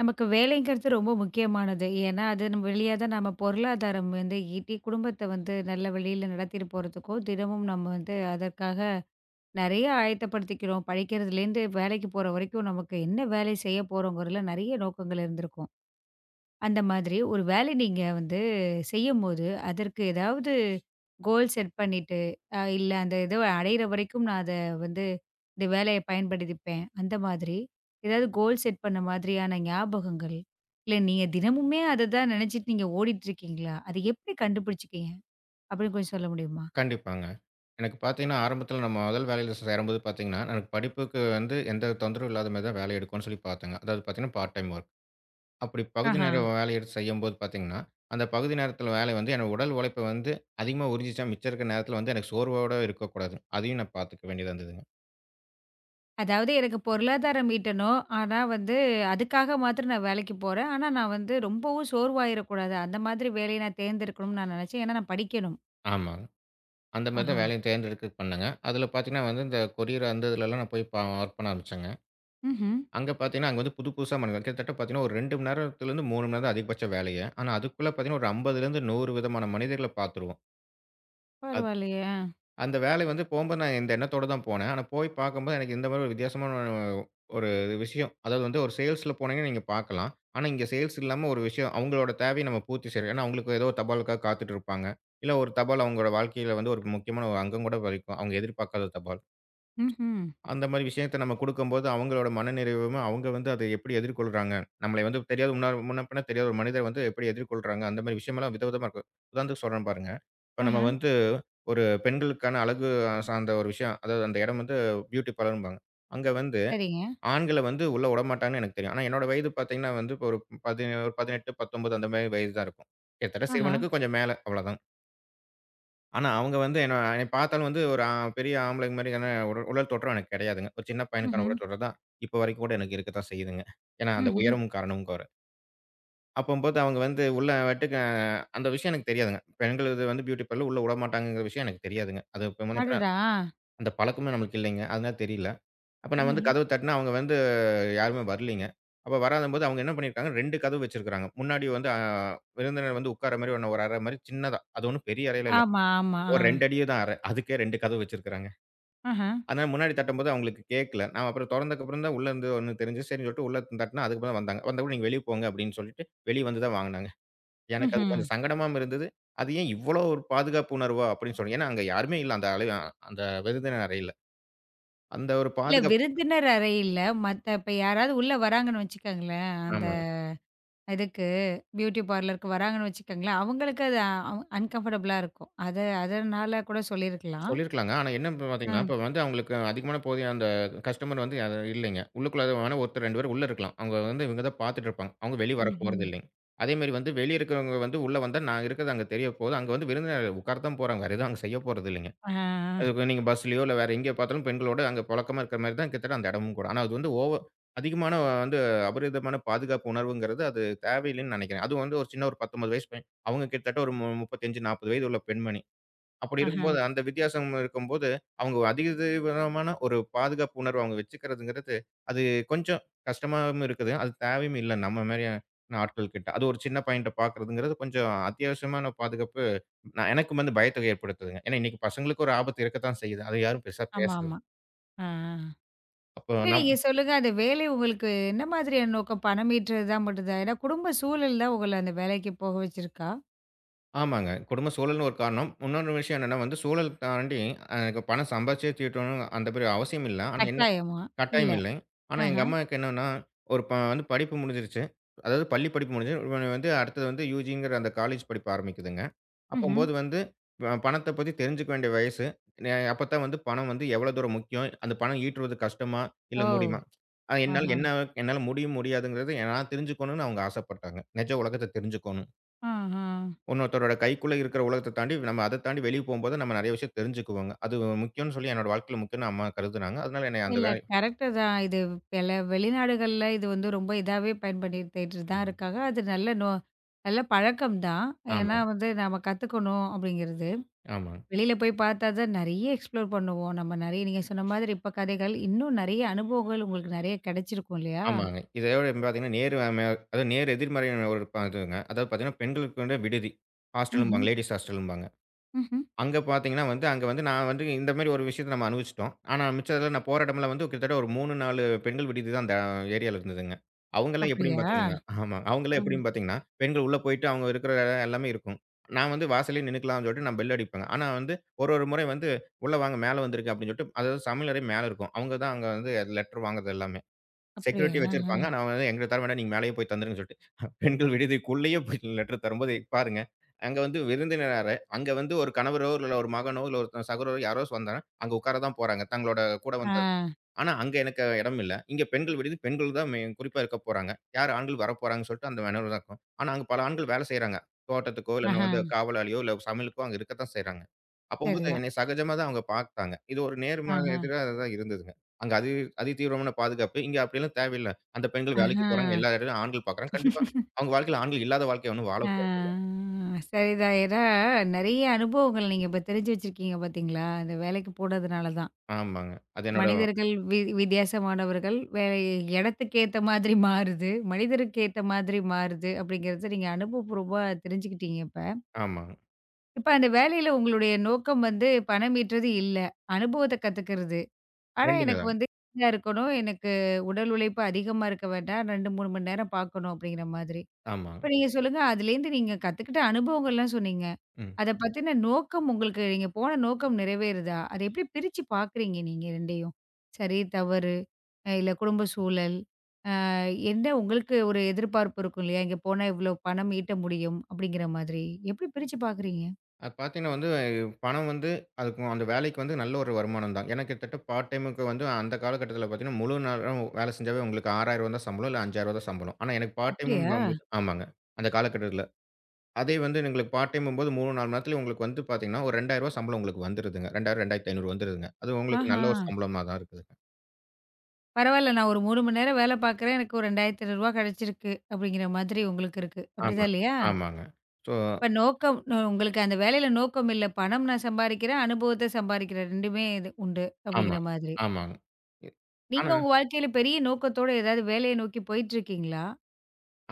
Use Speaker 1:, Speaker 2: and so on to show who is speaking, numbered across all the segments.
Speaker 1: நமக்கு வேலைங்கிறது ரொம்ப முக்கியமானது. ஏன்னா, அது நம்ம வெளிய தான் நம்ம பொருளாதாரம் வந்து ஈட்டி, குடும்பத்த வந்து நல்ல வழியில நடத்திட்டு போறதுக்கும், தினமும் நம்ம வந்து அதற்காக நெறைய ஆயத்தப்படுத்திக்கிறோம். படிக்கிறதுலேருந்து வேலைக்கு போற வரைக்கும் நமக்கு என்ன வேலை செய்ய போறோங்கிறதுல நெறைய நோக்கங்கள் இருந்திருக்கும். அந்த மாதிரி ஒரு வேலை நீங்க வந்து செய்யும்போது, அதற்கு ஏதாவது கோல் செட் பண்ணிட்டு, இல்ல அந்த இத அடையிற வரைக்கும் நான் அத வந்து இந்த வேலைய பயன்படுத்திப்பேன். அந்த மாதிரி ஏதாவது கோல் செட் பண்ண மாதிரியான ஞாபகங்கள், இல்ல நீங்க தினமுமே அத தான் நினைச்சுட்டு நீங்க ஓடிட்டு இருக்கீங்களா? அத எப்படி கண்டுபிடிச்சுக்கீங்க? அப்படின்னு கொஞ்சம் சொல்ல முடியுமா?
Speaker 2: கண்டிப்பாங்க. எனக்கு பார்த்தீங்கன்னா, ஆரம்பத்தில நம்ம முதல் வேலையில சேரும்போது பார்த்தீங்கன்னா, எனக்கு படிப்புக்கு வந்து எந்த தொந்தரவும் இல்லாத மாரி தான் வேலை எடுக்கணும்னு சொல்லி பார்த்தேங்க. அதாவது பார்த்தீங்கன்னா, பார்ட் டைம் ஒர்க். அப்படி பகுதி
Speaker 1: ஆஹா.
Speaker 2: நேர வேலை எடுத்து செய்யும்போது பார்த்தீங்கன்னா, அந்த பகுதி நேரத்தில வேலை வந்து என்னோட உடல் உழைப்ப வந்து அதிகமா உறிஞ்சிச்சா, மிச்சம் இருக்கிற நேரத்தில வந்து எனக்கு சோர்வோட இருக்கக்கூடாது. அதையும் நான் பார்த்துக்க வேண்டியதா இருந்ததுங்க.
Speaker 1: அதாவது எனக்கு பொருளாதாரம் ஈட்டணும். ஆனா வந்து அதுக்காக மாத்திரம் நான் வேலைக்கு போறேன். ஆனா நான் வந்து ரொம்பவும் சோர்வாயிறக்கூடாது. அந்த மாதிரி வேலைய நான் தேர்ந்தெடுக்கணும்னு நான் நினைச்சேன். ஏன்னா நான் படிக்கணும்.
Speaker 2: ஆமாங்க. அந்த மாரி தான்
Speaker 1: ஆஹா.
Speaker 2: வேலையும் தேர்ந்தெடுத்து பண்ணேங்க. அதில பார்த்தீங்கன்னா வந்து, இந்த கொரியர் அந்த இதுலலாம் நான் போய் வொர்க் பண்ண ஆரம்பிச்சேங்க.
Speaker 1: ம்ஹ்ம்.
Speaker 2: அங்க பார்த்தீங்கன்னா, அங்க வந்து புது புதுசா மனிதர்கள் கிட்டத்தட்ட பார்த்தீங்கன்னா, ஒரு 2 மணி நேரத்திலேருந்து 3 மணி நேரம் தான் அதிகபட்ச வேலையே. ஆனா, அதுக்குள்ள பார்த்தீங்கன்னா, ஒரு 50லேருந்து 100 விதமான மனிதர்கள பார்த்துருவோம். அது
Speaker 1: பரவாயில்லையே!
Speaker 2: அந்த வேலை வந்து போகும்போது நான் இந்த எண்ணத்தோட தான் போனேன். ஆனா, போய் பார்க்கும்போது எனக்கு இந்த மாரி ஒரு வித்தியாசமான ஒரு விஷயம். அதாவது வந்து ஒரு சேல்ஸ்ல போனீங்கன்னா நீங்க பார்க்கலாம். ஆனா, இங்க சேல்ஸ் இல்லாம ஒரு விஷயம் அவங்களோட தேவைய நம்ம பூர்த்தி செய்றோம். ஏன்னா, அவங்களுக்கு ஏதோ ஒரு தபாலுக்காக காத்துட்டு இருப்பாங்க. இல்ல ஒரு தபால் அவங்களோட வாழ்க்கையில வந்து ஒரு முக்கியமான ஒரு அங்கம் கூட வகிக்கும். அவங்க எதிர்பார்க்காத தபால்.
Speaker 1: ம்ஹ்ம்.
Speaker 2: அந்த மாரி விஷயத்த நம்ம குடுக்கும்போது, அவங்களோட மனநிறைவும், அவங்க வந்து அதை எப்படி எதிர்கொள்றாங்க? நம்மளை வந்து தெரியாத முன்ன பின்ன தெரியாத ஒரு மனிதர் வந்து எப்படி எதிர்கொள்றாங்க? அந்த மாரி விஷயமெல்லாம் விதவிதமா இருக்கும். உதாரணத்துக்கு சொல்றேன் பாருங்க. இப்ப நம்ம
Speaker 1: ஆஹா.
Speaker 2: வந்து ஒரு பெண்களுக்கான அழகு சார்ந்த ஒரு விஷயம். அதாவது அந்த இடம் வந்து பியூட்டி பார்லர்ம்பாங்க. அங்க வந்து
Speaker 1: சரிங்க.
Speaker 2: ஆண்கள வந்து உள்ள உடமாட்டாங்கன்னு எனக்கு தெரியும். ஆனா என்னோட வயது பார்த்தீங்கன்னா வந்து, இப்போ ஒரு 17 18, 19 அந்த மாரி வயது தான் இருக்கும். கிட்டத்தட்ட
Speaker 1: ஆஹா.
Speaker 2: சிறுவனுக்கு கொஞ்சம் மேல அவ்வளோதான். ஆனா, அவங்க வந்து என்ன என்னை பார்த்தாலும் வந்து ஒரு ஆ பெரிய ஆம்பளைங்க மாரியான உடல் உடல் தோற்றம் எனக்கு கிடையாதுங்க. ஒரு சின்ன பையனுக்கான
Speaker 1: ம்ஹ்ம்.
Speaker 2: உடல் தோற்றம் தான் இப்போ வரைக்கும் கூட எனக்கு இருக்க தான் செய்யுதுங்க. ஏன்னா, அந்த
Speaker 1: ம்ஹ்ம்.
Speaker 2: உயரமும் காரணமும் வேற. அப்பம்போது அவங்க வந்து உள்ள வட்டுக்க அந்த விஷயம் எனக்கு தெரியாதுங்க. பெண்கள் இது வந்து பியூட்டி பார்லர் உள்ள விடமாட்டாங்கங்கிற விஷயம் எனக்கு தெரியாதுங்க. அது இப்ப முன்னபின்ன
Speaker 1: அடடா!
Speaker 2: அந்த பழக்கமும் நம்மளுக்கு இல்லைங்க. அதனால தெரியல. அப்ப நான் வந்து
Speaker 1: ம்.
Speaker 2: கதவு தட்டுனா அவங்க வந்து யாருமே வரலீங்க. அப்ப வராதம்போது அவங்க என்ன பண்ணியிருக்காங்க, 2 கதவு வச்சிருக்காங்க. முன்னாடி வந்து அ விருந்தினர் வந்து உட்கார மாரி ஒண்ணு ஒரு அறை மாரி சின்னதா. அது ஒண்ணும் பெரிய அறைலாம் இல்ல.
Speaker 1: ஆமா, ஆமா. ஆ.
Speaker 2: ஒரு 2 அடி தான் அறை. அதுக்கே 2 கதவு வச்சிருக்காங்க.
Speaker 1: ஆஹா.
Speaker 2: அதனால முன்னாடி தட்டும்போது அவங்களுக்கு கேட்கல. நான் அப்புறம் தொறந்ததுக்கப்புறம் தான் உள்ளேருந்து ஒண்ணு தெரிஞ்சுது. சரின்னு சொல்லிட்டு உள்ள தட்டுனேன். அதுக்கப்புறம் வந்தாங்க. வந்தவுடனே "நீங்க வெளிய போங்க" அப்படின்னு சொல்லிட்டு வெளிய வந்து தான் வாங்குனாங்க. எனக்கு அது
Speaker 1: ம்ஹ்ம்.
Speaker 2: கொஞ்சம் சங்கடமாவும் இருந்தது. அது ஏன் இவ்வளோ ஒரு பாதுகாப்பு உணர்வா அப்படின்னு சொல்லி ஏன்னா அங்க யாருமே இல்ல அந்த அளவு அந்த விருந்தினர் அறையில. அந்த ஒரு
Speaker 1: இல்ல
Speaker 2: பாதுகாப்பு
Speaker 1: விருந்தினர் அறையில மத்த இப்ப யாராவது உள்ள வராங்கன்னு வச்சுக்கோங்களேன். அந்த
Speaker 2: ஆமா.
Speaker 1: இதுக்கு. பியூட்டி பார்லருக்கு வராங்கன்னு வச்சுக்கோங்களேன், அவங்களுக்கு அது அன்கம்ஃபர்டபுளா இருக்கும். அது அதனால கூட சொல்லியிருக்கலாம்.
Speaker 2: சொல்லியிருக்கலாங்க. ஆனா என்ன இப்ப
Speaker 1: ஆ.
Speaker 2: பார்த்தீங்கன்னா, இப்ப வந்து அவங்களுக்கு அதிகமான போதிய அந்த கஸ்டமர் வந்து யாரும் இல்லைங்க. உள்ளுக்குள்ள வேணா ஒருத்தர் 2 பேர் உள்ள இருக்கலாம். அவங்க வந்து இவங்க தான் பார்த்துட்டு இருப்பாங்க. அவங்க வெளிய
Speaker 1: ம்ஹ்ம்.
Speaker 2: வரப்போறது இல்லைங்க. அதேமாரி வந்து வெளிய இருக்கிறவங்க வந்து உள்ள வந்தா நான் இருக்கிறது அங்க தெரிய போகுது. அங்க வந்து விருந்தினர் உட்கார தான் போறாங்க. வேற எதுவும் அங்க செய்ய போறது இல்லைங்க.
Speaker 1: ஆ.
Speaker 2: அதுக்கு நீங்க பஸ்லயோ இல்ல வேற எங்கே பார்த்தாலும் பெண்களோட அங்க புழக்கமா இருக்கிற மாரி தான் கிட்டத்தட்ட அந்த இடமும் கூட. ஆனா அது வந்து ஓவர் அதிகமான வந்து அபரிதமான பாதுகாப்பு உணர்வுங்கிறது அது தேவையில்லைன்னு நினைக்கிறேன். அதுவும் வந்து ஒரு சின்ன ஒரு 19 வயசு பையன். அவங்க கிட்டத்தட்ட ஒரு மு 35, 40 வயது உள்ள பெண்மணி. அப்படி
Speaker 1: ஆஹா.
Speaker 2: இருக்கும்போது, அந்த வித்தியாசம் இருக்கும்போது, அவங்க அதிக தீவிரமான ஒரு பாதுகாப்பு உணர்வு அவங்க வச்சுக்கிறதுங்கிறது, அது கொஞ்சம் கஷ்டமாவும் இருக்குது. அது தேவையும் இல்ல நம்ம மாரியான ஆட்கள் கிட்ட. அது ஒரு சின்ன பையன்ட்ட பார்க்கிறதுங்கிறது கொஞ்சம் அத்தியாவசியமான பாதுகாப்பு. நான் எனக்கும் வந்து பயத்த ஏற்படுத்துதுங்க. ஏன்னா இன்னைக்கு பசங்களுக்கு ஒரு ஆபத்து இருக்கத்தான் செய்யுது. அத யாரும் பெருசா
Speaker 1: ஆமா,
Speaker 2: பேசல.
Speaker 1: ஆமா. ஆ.
Speaker 2: அப்போ
Speaker 1: இல்ல
Speaker 2: நம்
Speaker 1: நீங்க சொல்லுங்க, அந்த வேலை உங்களுக்கு என்ன மாதிரியான நோக்கம்? பணம் ஈட்டுறதா மட்டும்தான்? ஏன்னா குடும்ப சூழல் தான் உங்கள அந்த வேலைக்கு போக வச்சிருக்கா?
Speaker 2: ஆமாங்க. குடும்ப சூழல்னு ஒரு காரணம். இன்னொரு விஷயம் என்னன்னா வந்து சூழல் தாண்டி எனக்கு பணம் சம்பாரிச்சே தீட்டணும் அந்த மாரி அவசியம் இல்ல. ஆனா
Speaker 1: கட்டாயமா? இல்ல.
Speaker 2: கட்டாயம் இல்லை. ஆனா எங்க
Speaker 1: ஆஹா.
Speaker 2: அம்மாவுக்கு என்னன்னா, ஒரு ப வந்து படிப்பு முடிஞ்சிருச்சு. அதாவது பள்ளி படிப்பு முடிஞ்சு இவன் வந்து அடுத்தது வந்து யுஜிங்கிற அந்த காலேஜ் படிப்பு ஆரம்பிக்குதுங்க.
Speaker 1: ம்ஹ்ம்.
Speaker 2: அப்பம்போது வந்து பணத்த பத்தி தெரிஞ்சுக்க வேண்டிய வயசு. அப்பத்தான் வந்து பணம் வந்து எவ்வளோ தூரம் முக்கியம்? அந்த பணம் ஈட்டுறது கஷ்டமா? இல்ல
Speaker 1: ஓ!
Speaker 2: முடியுமா? அ என்னால
Speaker 1: ஆஹா.
Speaker 2: என்ன என்னால முடியும், முடியாதுங்கிறது நான் தெரிஞ்சுக்கணும்னு அவங்க ஆசைப்பட்டாங்க. நிஜ உலகத்த தெரிஞ்சுக்கணும்.
Speaker 1: ஆஹா.
Speaker 2: இன்னொருத்தரோட கைக்குள்ள இருக்கிற உலகத்த தாண்டி நம்ம அத தாண்டி வெளிய போம்போது நம்ம நெறைய விஷயம் தெரிஞ்சுக்குவோங்க. அது முக்கியம்னு சொல்லி என்னோட வாழ்க்கையில முக்கியம்னு அம்மா கருதுனாங்க. அதனால என்னைய அந்த
Speaker 1: இல்ல.
Speaker 2: வே
Speaker 1: கரெக்ட்டு தான். இது வெளிநாடுகள்ல இது வந்து ரொம்ப இதாவே பயன்படுத்திட்டு தான் இருக்காங்க. அது நல்ல பழக்கம் தான்.
Speaker 2: ஆமா,
Speaker 1: ஏன்னா வந்து நம்ம கத்துக்கணும் அப்படிங்கிறது.
Speaker 2: ஆமா.
Speaker 1: வெளியில போய் பார்த்தா தான் நெறைய எக்ஸ்ப்ளோர் பண்ணுவோம். நம்ம நெறைய நீங்க சொன்ன மாதிரி இப்ப கதைகள், இன்னும் நெறைய அனுபவங்கள் உங்களுக்கு நெறைய கெடைச்சிருக்கும் இல்லையா?
Speaker 2: ஆமாங்க. இதோட பார்த்தீங்கன்னா, நேர் ஆம அதாவது நேர் எதிர்மறையான ஒரு ப இதுங்க. அதாவது பார்த்தீங்கன்னா, பெண்களுக்கு வந்து விடுதி.
Speaker 1: ம்ஹ்ம்.
Speaker 2: ஹாஸ்டலும்பாங்க. லேடீஸ் ஹாஸ்டலும்பாங்க.
Speaker 1: ம்ஹ்ம்.
Speaker 2: அங்க பார்த்தீங்கன்னா வந்து, அங்க வந்து நான் வந்து இந்த மாரி ஒரு விஷயத்த நம்ம அனுபவிச்சுட்டோம். ஆனா மிச்சதுல நான் போற இடமெல்லாம் வந்து கிட்டத்தட்ட ஒரு 3, 4 பெண்கள் விடுதி தான் அந்த ஏரியால இருந்ததுங்க. அவங்கலாம் ஓஹோ! எப்படின்னு
Speaker 1: அப்படியா?
Speaker 2: பார்த்தீங்கன்னா ஆமா. அவங்கலாம்
Speaker 1: ம்.
Speaker 2: எப்படின்னு பார்த்தீங்கன்னா, பெண்கள் உள்ள போயிட்டு அவங்க இருக்கிற இடம் எல்லாமே இருக்கும். நான் வந்து வாசல்லயே நின்னுக்கலாம்னு சொல்லிட்டு நான் பெல் அடிப்பேங்க. ஆனா வந்து ஒரு ஒரு முறை வந்து, "உள்ள வாங்க மேல வந்திருக்கு" அப்படின்னு சொல்லிட்டு அதாவது சமையலறை மேல இருக்கும். அவங்க தான் அங்க வந்து லெட்டர் வாங்குறது எல்லாமே.
Speaker 1: அப்படியா?
Speaker 2: செக்யூரிட்டி வச்சிருப்பாங்க. ஆனா, அவன் வந்து எங்களுக்கு தர வேண்டாம். நீங்க மேலேயே போய் தந்துருங்கன்னு சொல்லிட்டு, பெண்கள் விடுதிக்குள்ளேயே போய் லெட்டர் தரும்போது பாருங்க. அங்க வந்து விருந்தினராரு, அங்க வந்து ஒரு கணவரோ, இல்ல ஒரு மகனோ, இல்ல ஒரு சகோதரரோ யாரோ வந்தா, அங்க உட்கார தான் போறாங்க. தங்களோட கூட
Speaker 1: ஆ. ஆ.
Speaker 2: வந்த ஆனா, அங்க எனக்கு இடம் இல்ல. இங்க பெண்கள் விடுதி. பெண்கள் தான் குறிப்பா இருக்க போறாங்க. யார் ஆண்கள் வரப்போறாங்கன்னு சொல்லிட்டு அந்த மெனுல தான் இருக்கும். ஆனா, அங்க பல ஆண்கள் வேலை செய்றாங்க. தோட்டத்துக்கோ, இல்ல
Speaker 1: ஆஹ.
Speaker 2: வந்து காவலாளியோ, இல்ல சமையலுக்கோ அங்க இருக்கத்தான் செய்றாங்க. அப்பம்போது
Speaker 1: சரிதான்.
Speaker 2: என்னைய சகஜமா தான் அவங்க பார்த்தாங்க. இது ஒரு நேர்மாறு
Speaker 1: ஆஹ.
Speaker 2: எதிரா தான் இருந்ததுங்க. அங்க அதி அதிதீவிரமான பாதுகாப்பு. இங்க அப்படிலாம் தேவையில்ல. அந்த பெண்கள்
Speaker 1: ஆஹ.
Speaker 2: வேலைக்கு போறாங்க. எல்லா இடத்துலயும் ஆண்கள் பார்க்குறாங்க. கண்டிப்பா அவங்க வாழ்க்கையில ஆண்கள் இல்லாத வாழ்க்கைய ஒண்ணும் வாழ
Speaker 1: ஆ.
Speaker 2: போ
Speaker 1: சரிதான். ஏன்னா நெறைய அனுபவங்கள் நீங்க இப்ப தெரிஞ்சு வச்சிருக்கீங்க பார்த்தீங்களா? இந்த வேலைக்கு போனதுனால தான்.
Speaker 2: ஆமாங்க. அது என்னோட
Speaker 1: மனிதர்கள் வித்தியாசமானவர்கள். வேலை இடத்துக்கு ஏத்த மாதிரி மாறுது. மனிதருக்கு ஏத்த மாதிரி மாறுது அப்படிங்கிறத நீங்க அனுபவபூர்வமா தெரிஞ்சுக்கிட்டீங்க இப்ப.
Speaker 2: ஆமாங்க.
Speaker 1: இப்ப அந்த வேலையில உங்களுடைய நோக்கம் வந்து பணம் ஈட்டுறது இல்ல. அனுபவத்த கத்துக்கிறது. ஆனா
Speaker 2: 2மே
Speaker 1: எனக்கு
Speaker 2: தாங்க.
Speaker 1: வந்து ஃப்ரீயா இருக்கணும். எனக்கு உடல் உழைப்பு அதிகமா இருக்க வேண்டாம். 2, 3 மணி நேரம் பார்க்கணும் அப்படிங்கிற மாதிரி.
Speaker 2: ஆமாங்க.
Speaker 1: இப்ப நீங்க சொல்லுங்க, அதுலேருந்து நீங்க கத்துக்கிட்ட அனுபவங்கள்லாம் சொன்னீங்க.
Speaker 2: ம்.
Speaker 1: அத பத்தின நோக்கம் உங்களுக்கு நீங்க போன நோக்கம் நிறைவேறுதா? அத எப்படி பிரிச்சு பார்க்குறீங்க நீங்க 2யும்? சரி, தவறு, இல்ல குடும்ப சூழல், அ என்ன உங்களுக்கு ஒரு எதிர்பார்ப்பு இருக்கும் இல்லையா? இங்க போனா இவ்ளோ பணம் ஈட்ட முடியும் அப்படிங்கிற மாதிரி. எப்படி பிரிச்சு பார்க்குறீங்க?
Speaker 2: அது பார்த்தீங்கன்னா வந்து, பணம் வந்து அதுக்கும் அந்த வேலைக்கு வந்து நல்ல ஒரு வருமானம் தான். ஏன்னா கிட்டத்தட்ட பார்ட் டைமுக்கு வந்து அந்த காலகட்டத்தில பார்த்தீங்கன்னா, முழு நேரம் வேலை செஞ்சாவே உங்களுக்கு ரூ. 6,000 தான் சம்பளம், இல்ல ரூ. 5,000 தான் சம்பளம். ஆனா எனக்கு பார்ட்
Speaker 1: அப்படியா?
Speaker 2: டைமுங்கும்போது ஆமாங்க. அந்த காலகட்டத்தில. அதே வந்து எங்களுக்கு பார்ட் டைம்ங்கும்போது 3, 4 மணி நேரத்தில உங்களுக்கு வந்து பார்த்தீங்கன்னா, ஒரு ரூ. 2,000 சம்பளம் உங்களுக்கு வந்துருதுங்க. 2,000, 2,500 வந்துருதுங்க. அது உங்களுக்கு
Speaker 1: ஆஹா!
Speaker 2: நல்ல ஒரு சம்பளமா தான் இருக்குதுங்க.
Speaker 1: பரவால்ல நான் ஒரு 3 மணி நேரம் வேலை பார்க்குறேன். எனக்கு ஒரு ரூ. 2,500 கிடைச்சிருக்கு அப்படிங்கிற மாதிரி உங்களுக்கு இருக்கு.
Speaker 2: ஆமா,
Speaker 1: அப்படிதான் இல்லையா?
Speaker 2: ஆமாங்க. ஸோ
Speaker 1: இப்ப நோக்கம் உங்களுக்கு அந்த வேலையில நோக்கம் இல்ல. பணம் நான் சம்பாரிக்கிறேன், அனுபவத்த சம்பாரிக்கிறேன். 2மே இது உண்டு
Speaker 2: ஆமா,
Speaker 1: அப்படிங்கிற மாதிரி.
Speaker 2: ஆமாங்க. இ
Speaker 1: நீங்க
Speaker 2: ஆனா
Speaker 1: உங்க வாழ்க்கையில பெரிய நோக்கத்தோட ஏதாவது வேலைய நோக்கி போயிட்டுருக்கீங்களா?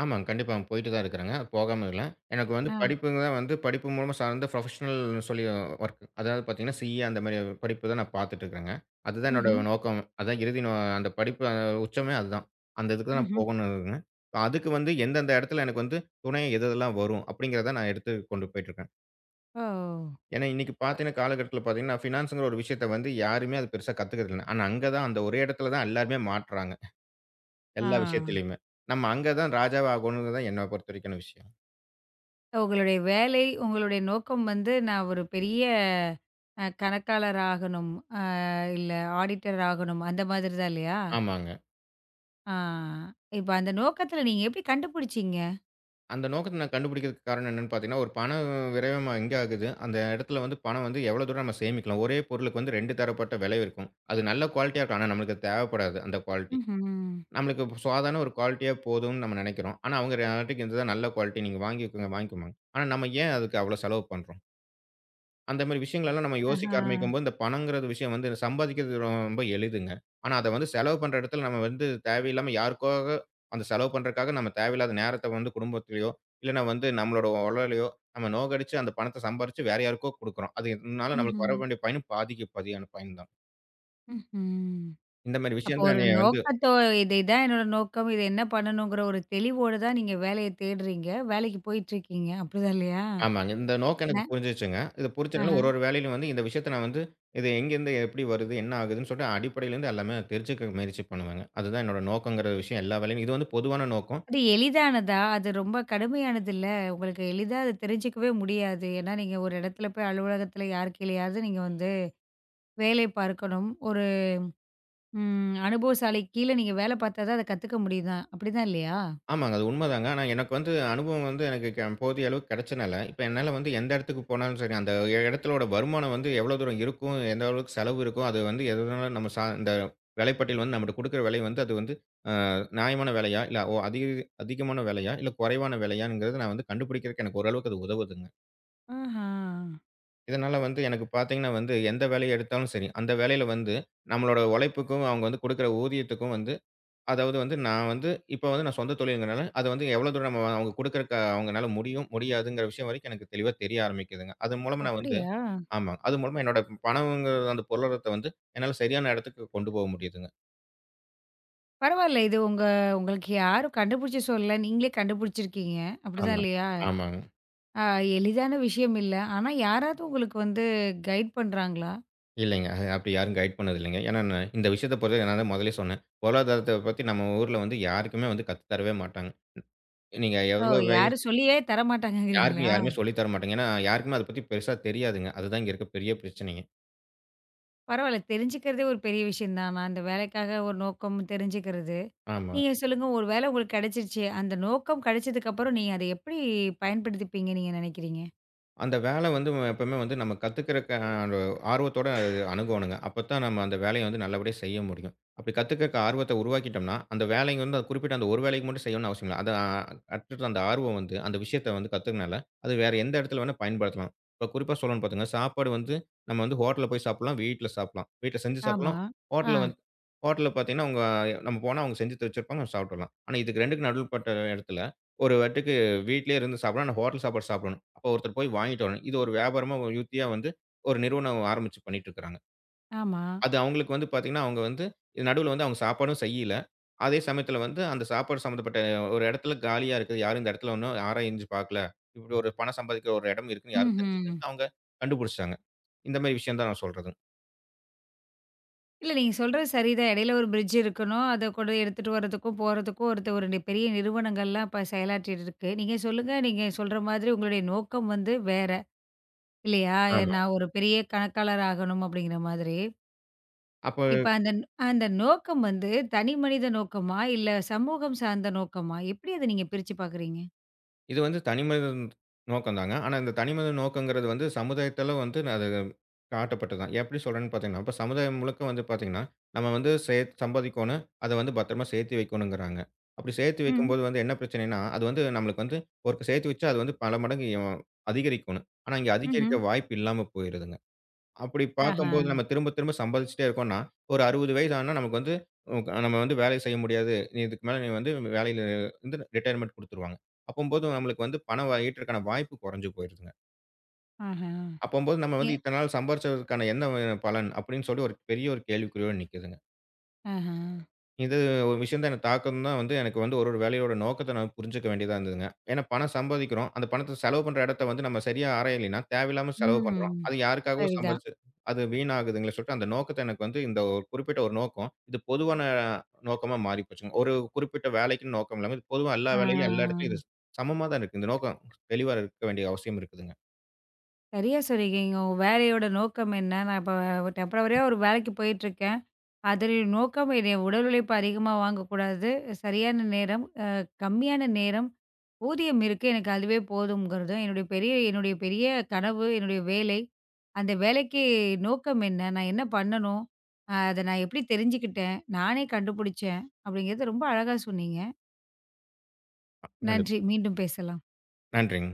Speaker 2: ஆமாங்க. கண்டிப்பா. போயிட்டு தான் இருக்கிறேங்க. போகாம இல்ல. எனக்கு வந்து
Speaker 1: ஆ.
Speaker 2: படிப்புங்க தான் வந்து படிப்பு மூலமா சார்ந்த ப்ரொஃபஷனல் சொல்லி வொர்க். அதாவது பார்த்தீங்கன்னா, சிஏ அந்த மாரி படிப்பு தான் நான் பார்த்துட்டு இருக்கிறேங்க. அதுதான் என்னோட
Speaker 1: ம்ஹ்ம்.
Speaker 2: நோக்கம். அதான் இறுதி நோ அந்த படிப்பு உச்சமே அதுதான். அந்த இதுக்கு தான் நான்
Speaker 1: ம்ஹ்ம்.
Speaker 2: போகணும் இருக்குங்க. இப்ப அதுக்கு வந்து எந்தெந்த இடத்துல எனக்கு வந்து துணை எது எதெல்லாம் வரும் அப்படிங்கிறத நான் எடுத்து கொண்டு போயிட்டு இருக்கேன்.
Speaker 1: ஓ!
Speaker 2: ஏன்னா இன்னைக்கு பார்த்தீங்கன்னா, காலகட்டத்தில பார்த்தீங்கன்னா, ஃபினான்ஸ்ங்கிற ஒரு விஷயத்த வந்து யாருமே அது பெருசா கத்துக்கிறது இல்ல. ஆனா அங்க தான் அந்த ஒரே இடத்துல தான் எல்லாருமே மாட்றாங்க.
Speaker 1: ஆ.
Speaker 2: எல்லா விஷயத்திலயுமே. நம்ம அங்க தான் ராஜாவே ஆகணுங்கிறது தான் என்ன பொறுத்தவரைக்கான விஷயம்.
Speaker 1: உங்களுடைய வேலை, உங்களுடைய நோக்கம் வந்து நான் ஒரு பெரிய கணக்காளர் ஆகணும், அ இல்ல ஆடிட்டர் ஆகணும் அந்த மாதிரி தான் இல்லையா?
Speaker 2: ஆமாங்க.
Speaker 1: ஆ. இப்ப அந்த நோக்கத்துல நீங்க எப்படி கண்டுபிடிச்சீங்க?
Speaker 2: அந்த நோக்கத்த நான் கண்டுபிடிக்கிறதுக்கு காரணம் என்னன்னு பார்த்தீங்கன்னா, ஒரு பணம் விரயமா எங்க ஆகுது? அந்த இடத்துல வந்து பணம் வந்து எவ்வளோ தூரம் நம்ம சேமிக்கலாம்? ஒரே பொருளுக்கு வந்து 2 தரப்பட்ட விலை இருக்கும். அது நல்ல குவாலிட்டியா இருக்கும். ஆனா, நம்மளுக்கு அது தேவைப்படாது அந்த குவாலிட்டி.
Speaker 1: ம்ஹ்ம்.
Speaker 2: நம்மளுக்கு இப்ப சாதாரண ஒரு குவாலிட்டியா போதும்னு நம்ம நினைக்கிறோம். ஆனா, அவங்க நாட்டுக்கு இதுதான் நல்ல குவாலிட்டி. நீங்க வாங்கிக்கோங்க, வாங்கிக்கோங்க. ஆனா, நம்ம ஏன் அதுக்கு அவ்வளோ செலவு பண்றோம்? அந்த மாரி விஷயங்கள் எல்லாம் நம்ம யோசிக்க
Speaker 1: ஆஹா.
Speaker 2: ஆரம்பிக்கும்போது, இந்த பணம்ங்கிறது விஷயம் வந்து சம்பாதிக்கிறது ரொம்ப எளிதுங்க. ஆனா அத வந்து செலவு பண்ற இடத்துல நம்ம வந்து தேவையில்லாம யாருக்காக அந்த செலவு பண்றதுக்காக நம்ம தேவையில்லாத நேரத்த வந்து குடும்பத்திலயோ, இல்லன்னா வந்து நம்மளோட உடலையோ நம்ம நோகடிச்சு அந்த பணத்த சம்பாரிச்சு வேற யாருக்கோ குடுக்குறோம். அதனால நம்மளுக்கு
Speaker 1: ம்ஹ்ம்.
Speaker 2: வர வேண்டிய பயனும் பாதிக்கு பாதியான பயன் தான்.
Speaker 1: ம்ஹ்ம்.
Speaker 2: இந்த மாரி
Speaker 1: அப்போ
Speaker 2: விஷயம் தான்
Speaker 1: ஒரு
Speaker 2: என்னைய வந்து
Speaker 1: நோக்கத்தோ இது இதான் என்னோட நோக்கம். இத என்ன பண்ணணுங்கிற ஒரு தெளிவோட தான் நீங்க வேலைய தேடுறீங்க. வேலைக்கு போயிட்டுருக்கீங்க. அப்படிதான் இல்லையா?
Speaker 2: ஆமாங்க. இந்த நோக்கம்
Speaker 1: ந
Speaker 2: எனக்கு புரிஞ்சிருச்சுங்க. இது புரிஞ்சதுனால
Speaker 1: ஆஹா.
Speaker 2: ஒரு ஒரு வேலையிலும் வந்து இந்த விஷயத்த நான் வந்து இது எங்கேருந்து எப்படி வருது? என்ன ஆகுதுன்னு சொல்லிட்டு அடிப்படையிலேருந்து எல்லாமே தெரிஞ்சுக்க முயற்சி பண்ணுவேங்க. அதுதான் என்னோட நோக்கங்கிற விஷயம் எல்லா வேலையிலும். இது வந்து பொதுவான நோக்கம்.
Speaker 1: அது எளிதானதா? அது ரொம்ப கடுமையானதுல்ல. உங்களுக்கு எளிதா அத தெரிஞ்சுக்கவே முடியாது. ஏன்னா, நீங்க ஒரு இடத்துல போய் அலுவலகத்துல யார் கீழயாவது நீங்க வந்து வேலை பார்க்கணும். ஒரு அனுபவசாலி கீழ நீங்க வேலை பார்த்தா தான் அத கத்துக்க முடியுதாம். அப்படிதான் இல்லையா?
Speaker 2: ஆமாங்க. அது உண்மதாங்க. ஆனா எனக்கு வந்து அனுபவம் வந்து எனக்கு போதிய அளவுக்கு கிடைச்சனால, இப்ப என்னால வந்து எந்த இடத்துக்கு போனாலும் சரி, அந்த இடத்திலோட வருமானம் வந்து எவ்வளோ தூரம் இருக்கும், எந்த அளவுக்கு செலவு இருக்கும், அது வந்து எதுனால நம்ம சா இந்த விலைப்பட்டியல் வந்து நம்மட்ட குடுக்குற விலை வந்து அது வந்து அ நியாயமான விலையா, இல்ல ஓ அதிக அதிகமான விலையா, இல்ல குறைவான விலையாங்கிறத நான் வந்து கண்டுபிடிக்கிறதுக்கு எனக்கு ஓரளவுக்கு அது உதவுதுங்க.
Speaker 1: ஆஹா.
Speaker 2: இதனால வந்து எனக்கு பார்த்தீங்கன்னா வந்து, எந்த வேலைய எடுத்தாலும் சரி, அந்த வேலையில வந்து நம்மளோட உழைப்புக்கும், அவங்க வந்து குடுக்குற ஊதியத்துக்கும் வந்து அதாவது வந்து நான் வந்து இப்ப வந்து நான் சொந்த தொழில்ங்கிறனால, அது வந்து எவ்வளோ தூரம் நம்ம அவங்க குடுக்குற க அவங்கனால முடியும், முடியாதுங்கிற விஷயம் வரைக்கும் எனக்கு தெளிவா தெரிய ஆரம்பிக்குதுங்க. அது மூலமா நான் வந்து
Speaker 1: அப்படியா?
Speaker 2: ஆமா. அது மூலமா என்னோட பணம்ங்கிற அந்த பொருளாதாரத்த வந்து என்னால சரியான இடத்துக்கு கொண்டு போக முடியுதுங்க.
Speaker 1: பரவால்ல. இது உங்களுக்கு யாரும் கண்டுபிடிச்சு சொல்லல. நீங்களே கண்டுபிடிச்சிருக்கீங்க. அப்படிதான்
Speaker 2: ஆமா.
Speaker 1: இல்லையா?
Speaker 2: ஆமாங்க.
Speaker 1: ஆ, எளிதான விஷயம் இல்ல. ஆனா யாராவது உங்களுக்கு வந்து கைட் பண்றாங்களா?
Speaker 2: இல்லைங்க. அது அப்படி யாரும் கைட் பண்ணது இல்லைங்க. ஏன்னா நான் இந்த விஷயத்த பொறுத்தவரைக்கும் நான் தான் முதல்லயே சொன்னேன். பொருளாதாரத்த பத்தி நம்ம ஊர்ல வந்து யாருக்குமே வந்து கத்து தரவே மாட்டாங்க. நீங்க
Speaker 1: ஓ!
Speaker 2: எவ்வளோ வய
Speaker 1: யாரும் சொல்லியே
Speaker 2: யாருக்கும்
Speaker 1: தரமாட்டாங்கங்கிறீங்களா?
Speaker 2: யாருமே சொல்லி தர மாட்டாங்க. ஏன்னா யாருக்குமே அத பத்தி பெருசா தெரியாதுங்க. அதுதான் இங்க இருக்க பெரிய பிரச்சனைங்க.
Speaker 1: பரவால்ல தெரிஞ்சுக்கிறதே ஒரு பெரிய விஷயம் தான். நான் அந்த வேலைக்காக ஒரு நோக்கம் தெரிஞ்சுக்கிறது.
Speaker 2: ஆமா.
Speaker 1: நீங்க சொல்லுங்க ஒரு வேளை உங்களுக்கு கிடைச்சிருச்சு. அந்த நோக்கம் கிடைச்சதுக்கு அப்புறம் நீங்க அத எப்படி பயன்படுத்திப்பீங்க நீங்க நினைக்கிறீங்க?
Speaker 2: அந்த வேலை வந்து எப்பவுமே வந்து நம்ம கத்துக்கிறக்கு ஒரு ஆர்வத்தோட அணுகோணுங்க. அப்பத்தான் நம்ம அந்த வேலைய வந்து நல்லபடியா செய்ய முடியும். அப்படி கத்துக்கிறக்கு ஆர்வத்த உருவாக்கிட்டோம்னா, அந்த வேலைங்க வந்து அது குறிப்பிட்ட அந்த ஒரு வேலைக்கு மட்டும் செய்யணும்னு அவசியம் இல்ல. அத கற்று அந்த ஆர்வம் வந்து அந்த விஷயத்த வந்து கத்துக்கனால, அது வேற எந்த இடத்துல வேணா பயன்படுத்தலாம். இப்ப குறிப்பா சொல்லணும்னு பாத்தீங்கன்னா, சாப்பாடு வந்து நம்ம வந்து ஹோட்டல்ல போய் சாப்பிடலாம், வீட்ல சாப்பிடலாம். வீட்ல செஞ்சு
Speaker 1: ஆமா.
Speaker 2: சாப்பிடலாம்.
Speaker 1: ஆ.
Speaker 2: ஹோட்டல்ல வந்து ஹோட்டல்ல பாத்தீங்கன்னா, அவங்க நம்ம போனா அவங்க செஞ்சு வச்சிருப்பாங்க. நம்ம சாப்பிட்டுறலாம். ஆனா இதுக்கு 2க்கும் நடுவுல பட்ட இடத்துல, ஒரு வாட்டி வீட்லயே இருந்து சாப்பிடணும். ஆனா ஹோட்டல் சாப்பாடு சாப்பிடணும். அப்போ ஒருத்தர் போய் வாங்கிட்டு வரணும். இது ஒரு வியாபாரமா ஒரு யுக்தியா வந்து ஒரு நிறுவனம் ஆரம்பிச்சு பண்ணிட்டு இருக்காங்க.
Speaker 1: ஆமா.
Speaker 2: அது அவங்களுக்கு வந்து பார்த்தீங்கன்னா, அவங்க வந்து நடுவுல வந்து அவங்க சாப்பாடும் செய்யல. அதே சமயத்தில வந்து அந்த சாப்பாடு சம்மந்தப்பட்ட ஒரு இடத்துல காலியா இருக்குது. யாரும் இந்த இடத்துல ஒண்ணும் ஆராய்ஞ்சு பார்க்கல. இப்படி ஒரு பணம் சம்பாதிக்கிற ஒரு இடம் இருக்குன்னு யாரும் தெரிஞ்சுக்கல.
Speaker 1: ம்ஹ்ம்.
Speaker 2: அவங்க கண்டுபிடிச்சுட்டாங்க. இந்த மாரி விஷயம் தான் நான் சொல்றது.
Speaker 1: இல்ல நீங்க சொல்றது சரிதான். இடையில ஒரு பிரிட்ஜ் இருக்கணும். அத கூட எடுத்துட்டு வரதுக்கும், போறதுக்கும் ஒரு பெரிய நிறுவனங்கள்லாம் இப்ப செயலாற்றிட்டு இருக்கு. நீங்க சொல்லுங்க, நீங்க சொல்ற மாதிரி உங்களுடைய நோக்கம் வந்து வேற இல்லையா?
Speaker 2: ஆமா.
Speaker 1: நான் ஒரு பெரிய கணக்காளர் ஆகணும் அப்படிங்கிற மாதிரி. இப்ப
Speaker 2: அப்ப
Speaker 1: அந்த நோக்கம் வந்து தனி மனித நோக்கமா? இல்ல சமூகம் சார்ந்த நோக்கமா? எப்படி அத நீங்க பிரிச்சு பாக்குறீங்க?
Speaker 2: இது வந்து தனிமனிதன் நோக்கம் தாங்க. ஆனா, இந்த தனிமனிதன் நோக்கங்கிறது வந்து சமுதாயத்தில வந்து அது காட்டப்பட்டது தான். எப்படி சொல்றேன்னு பார்த்தீங்கன்னா, இப்ப சமுதாயம் முழுக்க வந்து பார்த்தீங்கன்னா, நம்ம வந்து சே சம்பாதிக்கோணும். அத வந்து பத்திரமா சேர்த்து வைக்கணுங்கிறாங்க. அப்படி சேர்த்து
Speaker 1: ம்.
Speaker 2: வைக்கும்போது வந்து என்ன பிரச்சனைன்னா, அது வந்து நம்மளுக்கு வந்து ஒரு சேர்த்து வச்சா அது வந்து பல மடங்கு அதிகரிக்கணும். ஆனா, இங்க அதிகரிக்க
Speaker 1: ம்ஹ்ம்.
Speaker 2: வாய்ப்பு இல்லாம போயிருதுங்க. அப்படி
Speaker 1: ஆஹா,
Speaker 2: பார்க்கும்போது நம்ம திரும்ப திரும்ப சம்பாதிச்சுட்டே இருக்கோம்ன்னா, ஒரு 60 வயசு ஆனா நமக்கு வந்து ம் நம்ம வந்து வேலை செய்ய முடியாது. நீ இதுக்கு மேல வந்து வேலையில இருந்து ரிட்டயர்மென்ட் குடுத்துருவாங்க. அப்பம்போது நம்மளுக்கு வந்து பணம் வ ஈட்டுறதுக்கான வாய்ப்பு குறைஞ்சு போயிருதுங்க.
Speaker 1: ஆஹா.
Speaker 2: அப்பம்போது நம்ம
Speaker 1: ஏ
Speaker 2: வந்து இத்தன நாள் சம்பாரிச்சதற்கான என்ன பலன்? அப்படின்னு சொல்லி ஒரு பெரிய ஒரு கேள்விக்குறியோட நிக்குதுங்க.
Speaker 1: ஆஹா.
Speaker 2: இது ஒரு விஷயம் தான் என்ன தாக்கம்ன்னா வந்து, எனக்கு வந்து ஒரு ஒரு வேலையோட நோக்கத்த நான் புரிஞ்சுக்க வேண்டியதா இருந்ததுங்க. ஏன்னா பணம் சம்பாதிக்கிறோம். அந்த பணத்த செலவு பண்ற இடத்த வந்து நம்ம சரியா ஆராயலைன்னா, தேவையில்லாம செலவு பண்றோம்.
Speaker 1: ம்.
Speaker 2: அது யாருக்காகவோ
Speaker 1: சரிதான்.
Speaker 2: சம்பாரிச்சு அது வீணாகுதுங்களே சொல்லிட்டு, அந்த நோக்கத்த எனக்கு வந்து இந்த ஒரு குறிப்பிட்ட ஒரு நோக்கம், இது பொதுவான நோக்கமா மாறி போச்சுங்க. ஒரு குறிப்பிட்ட வேலைக்குன்னு நோக்கம் இல்லாம, இது பொதுவா எல்லா
Speaker 1: ஆ.
Speaker 2: வேலையிலும் எல்லா இடத்துலயும் இது சமமா தான் இருக்கு. இந்த நோக்கம் தெளிவா இருக்க வேண்டிய அவசியம் இருக்குதுங்க.
Speaker 1: சரியா சொன்னீங்க. உங்க வேலையோட நோக்கம் என்ன? நான் இப்ப டெம்பரவரியா ஒரு வேலைக்கு போயிட்டுருக்கேன். அதனுடைய நோக்கம் என்னுடைய உடல் உழைப்பு அதிகமா வாங்கக்கூடாது. சரியான நேரம், கம்மியான நேரம், ஊதியம் இருக்கு. எனக்கு அதுவே போதும்ங்கிறது தான் என்னுடைய பெரிய கனவு, என்னுடைய வேலை. அந்த வேலைக்கு நோக்கம் என்ன? நான் என்ன பண்ணணும்? அத நான் எப்படி தெரிஞ்சுக்கிட்டேன்? நானே கண்டுபிடிச்சேன். அப்படிங்கிறத ரொம்ப அழகா சொன்னீங்க.
Speaker 2: கண்டிப்பா.
Speaker 1: நன்றி. மீண்டும் பேசலாம்.
Speaker 2: நன்றிங்க.